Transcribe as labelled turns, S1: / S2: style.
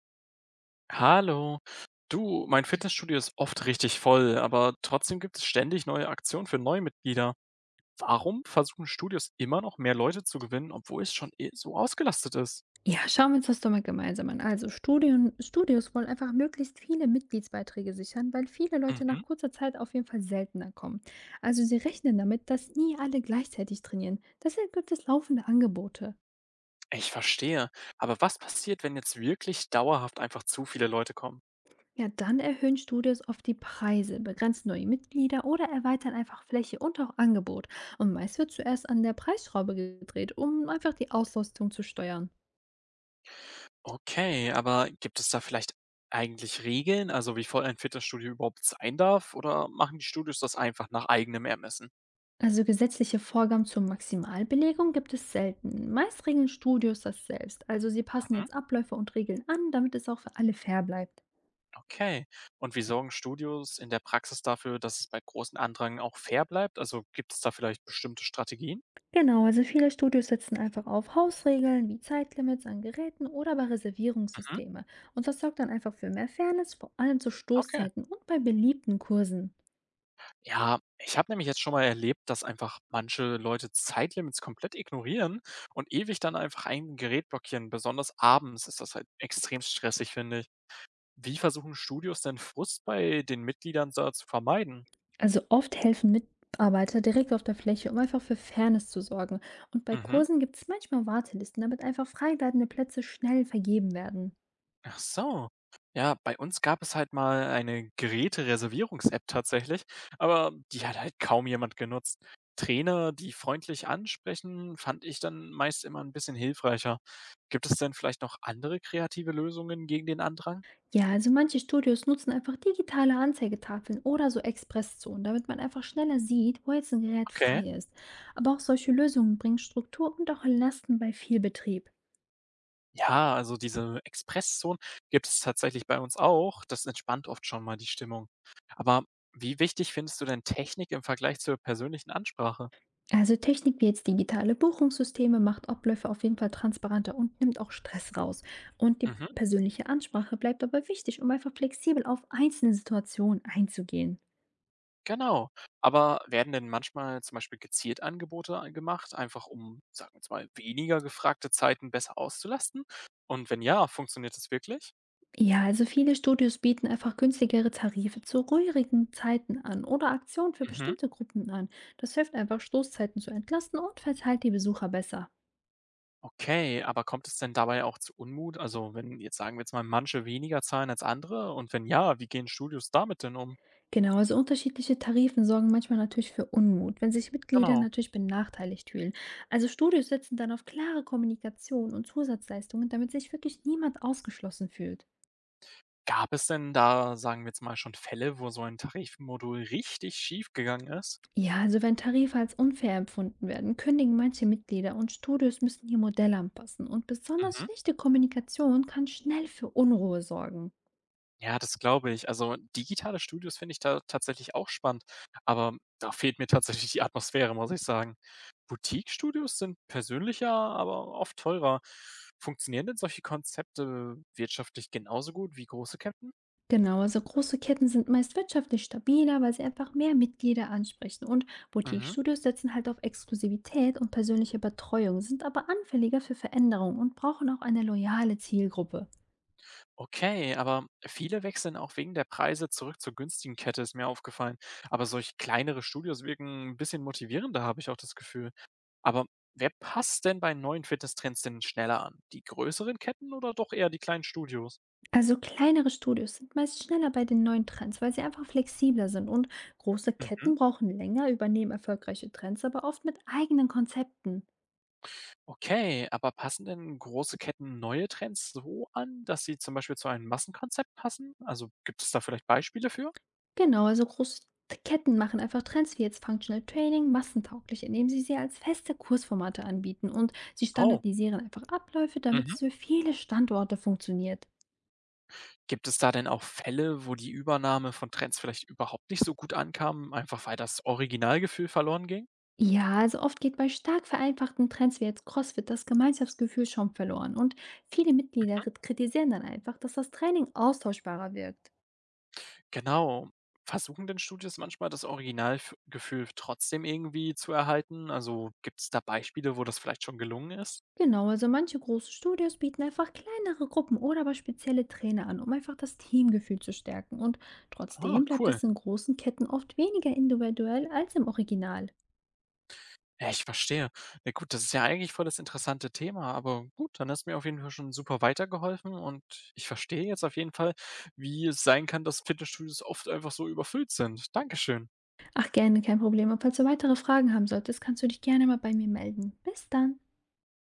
S1: Hallo. Du, mein Fitnessstudio ist oft richtig voll, aber trotzdem gibt es ständig neue Aktionen für Neumitglieder. Warum versuchen Studios immer noch mehr Leute zu gewinnen, obwohl es schon eh so ausgelastet ist?
S2: Ja, schauen wir uns das doch mal gemeinsam an. Also Studios wollen einfach möglichst viele Mitgliedsbeiträge sichern, weil viele Leute
S1: Mhm,
S2: nach kurzer Zeit auf jeden Fall seltener kommen. Also sie rechnen damit, dass nie alle gleichzeitig trainieren. Deshalb gibt es laufende Angebote.
S1: ich verstehe. Aber was passiert, wenn jetzt wirklich dauerhaft einfach zu viele Leute kommen?
S2: Ja, dann erhöhen Studios oft die Preise, begrenzen neue Mitglieder oder erweitern einfach Fläche und auch Angebot. Und meist wird zuerst an der Preisschraube gedreht, um einfach die Auslastung zu steuern.
S1: Okay, aber gibt es da vielleicht eigentlich Regeln, also wie voll ein Fitnessstudio überhaupt sein darf, oder machen die Studios das einfach nach eigenem Ermessen?
S2: Also gesetzliche Vorgaben zur Maximalbelegung gibt es selten. Meist regeln Studios das selbst. Also sie passen jetzt Abläufe und Regeln an, damit es auch für alle fair bleibt.
S1: Okay. Und wie sorgen Studios in der Praxis dafür, dass es bei großen Andrang auch fair bleibt? Also gibt es da vielleicht bestimmte Strategien?
S2: Genau, also viele Studios setzen einfach auf Hausregeln wie Zeitlimits an Geräten oder bei
S1: Mhm.
S2: Reservierungssysteme. Und das sorgt dann einfach für mehr Fairness, vor allem zu
S1: Okay.
S2: Stoßzeiten und bei beliebten Kursen.
S1: Ja, ich habe nämlich jetzt schon mal erlebt, dass einfach manche Leute Zeitlimits komplett ignorieren und ewig dann einfach ein Gerät blockieren. Besonders abends ist das halt extrem stressig, finde ich. Wie versuchen Studios denn Frust bei den Mitgliedern da zu vermeiden?
S2: Also oft helfen Mitarbeiter direkt auf der Fläche, um einfach für Fairness zu sorgen. Und bei
S1: Mhm.
S2: Kursen gibt es manchmal Wartelisten, damit einfach frei werdende Plätze schnell vergeben werden.
S1: Ach so. Ja, bei uns gab es halt mal eine Gerätereservierungs-App tatsächlich, aber die hat halt kaum jemand genutzt. Trainer, die freundlich ansprechen, fand ich dann meist immer ein bisschen hilfreicher. Gibt es denn vielleicht noch andere kreative Lösungen gegen den Andrang?
S2: Ja, also manche Studios nutzen einfach digitale Anzeigetafeln oder so Expresszonen, damit man einfach schneller sieht, wo jetzt ein Gerät
S1: Okay.
S2: frei ist. Aber auch solche Lösungen bringen Struktur und auch Lasten bei viel Betrieb.
S1: Ja, also diese Expresszonen gibt es tatsächlich bei uns auch. Das entspannt oft schon mal die Stimmung. Aber wie wichtig findest du denn Technik im Vergleich zur persönlichen Ansprache?
S2: Also Technik wie jetzt digitale Buchungssysteme macht Abläufe auf jeden Fall transparenter und nimmt auch Stress raus. Und die
S1: Mhm.
S2: persönliche Ansprache bleibt aber wichtig, um einfach flexibel auf einzelne Situationen einzugehen.
S1: Genau. Aber werden denn manchmal zum Beispiel gezielt Angebote a gemacht, einfach um, sagen wir jetzt mal, weniger gefragte Zeiten besser auszulasten? Und wenn ja, funktioniert das wirklich?
S2: Ja, also viele Studios bieten einfach günstigere Tarife zu ruhigen Zeiten an oder Aktionen für
S1: Mhm.
S2: bestimmte Gruppen an. Das hilft einfach, Stoßzeiten zu entlasten und verteilt die Besucher besser.
S1: Okay, aber kommt es denn dabei auch zu Unmut? Also wenn jetzt sagen wir jetzt mal, manche weniger zahlen als andere und wenn ja, wie gehen Studios damit denn um?
S2: Genau, also unterschiedliche Tarifen sorgen manchmal natürlich für Unmut, wenn sich Mitglieder
S1: Genau.
S2: natürlich benachteiligt fühlen. Also Studios setzen dann auf klare Kommunikation und Zusatzleistungen, damit sich wirklich niemand ausgeschlossen fühlt.
S1: Gab es denn da, sagen wir jetzt mal, schon Fälle, wo so ein Tarifmodul richtig schief gegangen ist?
S2: Ja, also wenn Tarife als unfair empfunden werden, kündigen manche Mitglieder und Studios müssen ihr Modell anpassen und besonders
S1: Mhm.
S2: schlechte Kommunikation kann schnell für Unruhe sorgen.
S1: Ja, das glaube ich. Also, digitale Studios finde ich da tatsächlich auch spannend, aber da fehlt mir tatsächlich die Atmosphäre, muss ich sagen. Boutique-Studios sind persönlicher, aber oft teurer. Funktionieren denn solche Konzepte wirtschaftlich genauso gut wie große Ketten?
S2: Genau, also große Ketten sind meist wirtschaftlich stabiler, weil sie einfach mehr Mitglieder ansprechen und
S1: Mhm.
S2: Boutique-Studios setzen halt auf Exklusivität und persönliche Betreuung, sind aber anfälliger für Veränderungen und brauchen auch eine loyale Zielgruppe.
S1: Okay, aber viele wechseln auch wegen der Preise zurück zur günstigen Kette, ist mir aufgefallen. Aber solch kleinere Studios wirken ein bisschen motivierender, habe ich auch das Gefühl. Aber wer passt denn bei neuen Fitnesstrends denn schneller an? Die größeren Ketten oder doch eher die kleinen Studios?
S2: Also kleinere Studios sind meist schneller bei den neuen Trends, weil sie einfach flexibler sind und große
S1: Mhm.
S2: Ketten brauchen länger, übernehmen erfolgreiche Trends, aber oft mit eigenen Konzepten.
S1: Okay, aber passen denn große Ketten neue Trends so an, dass sie zum Beispiel zu einem Massenkonzept passen? Also gibt es da vielleicht Beispiele für?
S2: Genau, also große Ketten machen einfach Trends wie jetzt Functional Training massentauglich, indem sie sie als feste Kursformate anbieten und sie
S1: Oh.
S2: standardisieren einfach Abläufe, damit
S1: Mhm.
S2: es für viele Standorte funktioniert.
S1: Gibt es da denn auch Fälle, wo die Übernahme von Trends vielleicht überhaupt nicht so gut ankam, einfach weil das Originalgefühl verloren ging?
S2: Ja, also oft geht bei stark vereinfachten Trends wie jetzt CrossFit das Gemeinschaftsgefühl schon verloren und viele Mitglieder kritisieren dann einfach, dass das Training austauschbarer wirkt.
S1: Genau. Versuchen denn Studios manchmal das Originalgefühl trotzdem irgendwie zu erhalten? Also gibt es da Beispiele, wo das vielleicht schon gelungen ist?
S2: Genau, also manche große Studios bieten einfach kleinere Gruppen oder aber spezielle Trainer an, um einfach das Teamgefühl zu stärken. Und
S1: Ah,
S2: trotzdem bleibt
S1: cool.
S2: es in großen Ketten oft weniger individuell als im Original.
S1: Ja, ich verstehe. Na gut, das ist ja eigentlich voll das interessante Thema, aber gut, dann hast du mir auf jeden Fall schon super weitergeholfen und ich verstehe jetzt auf jeden Fall, wie es sein kann, dass Fitnessstudios oft einfach so überfüllt sind. Dankeschön.
S2: Ach gerne, kein Problem. Und falls du weitere Fragen haben solltest, kannst du dich gerne mal bei mir melden. Bis dann.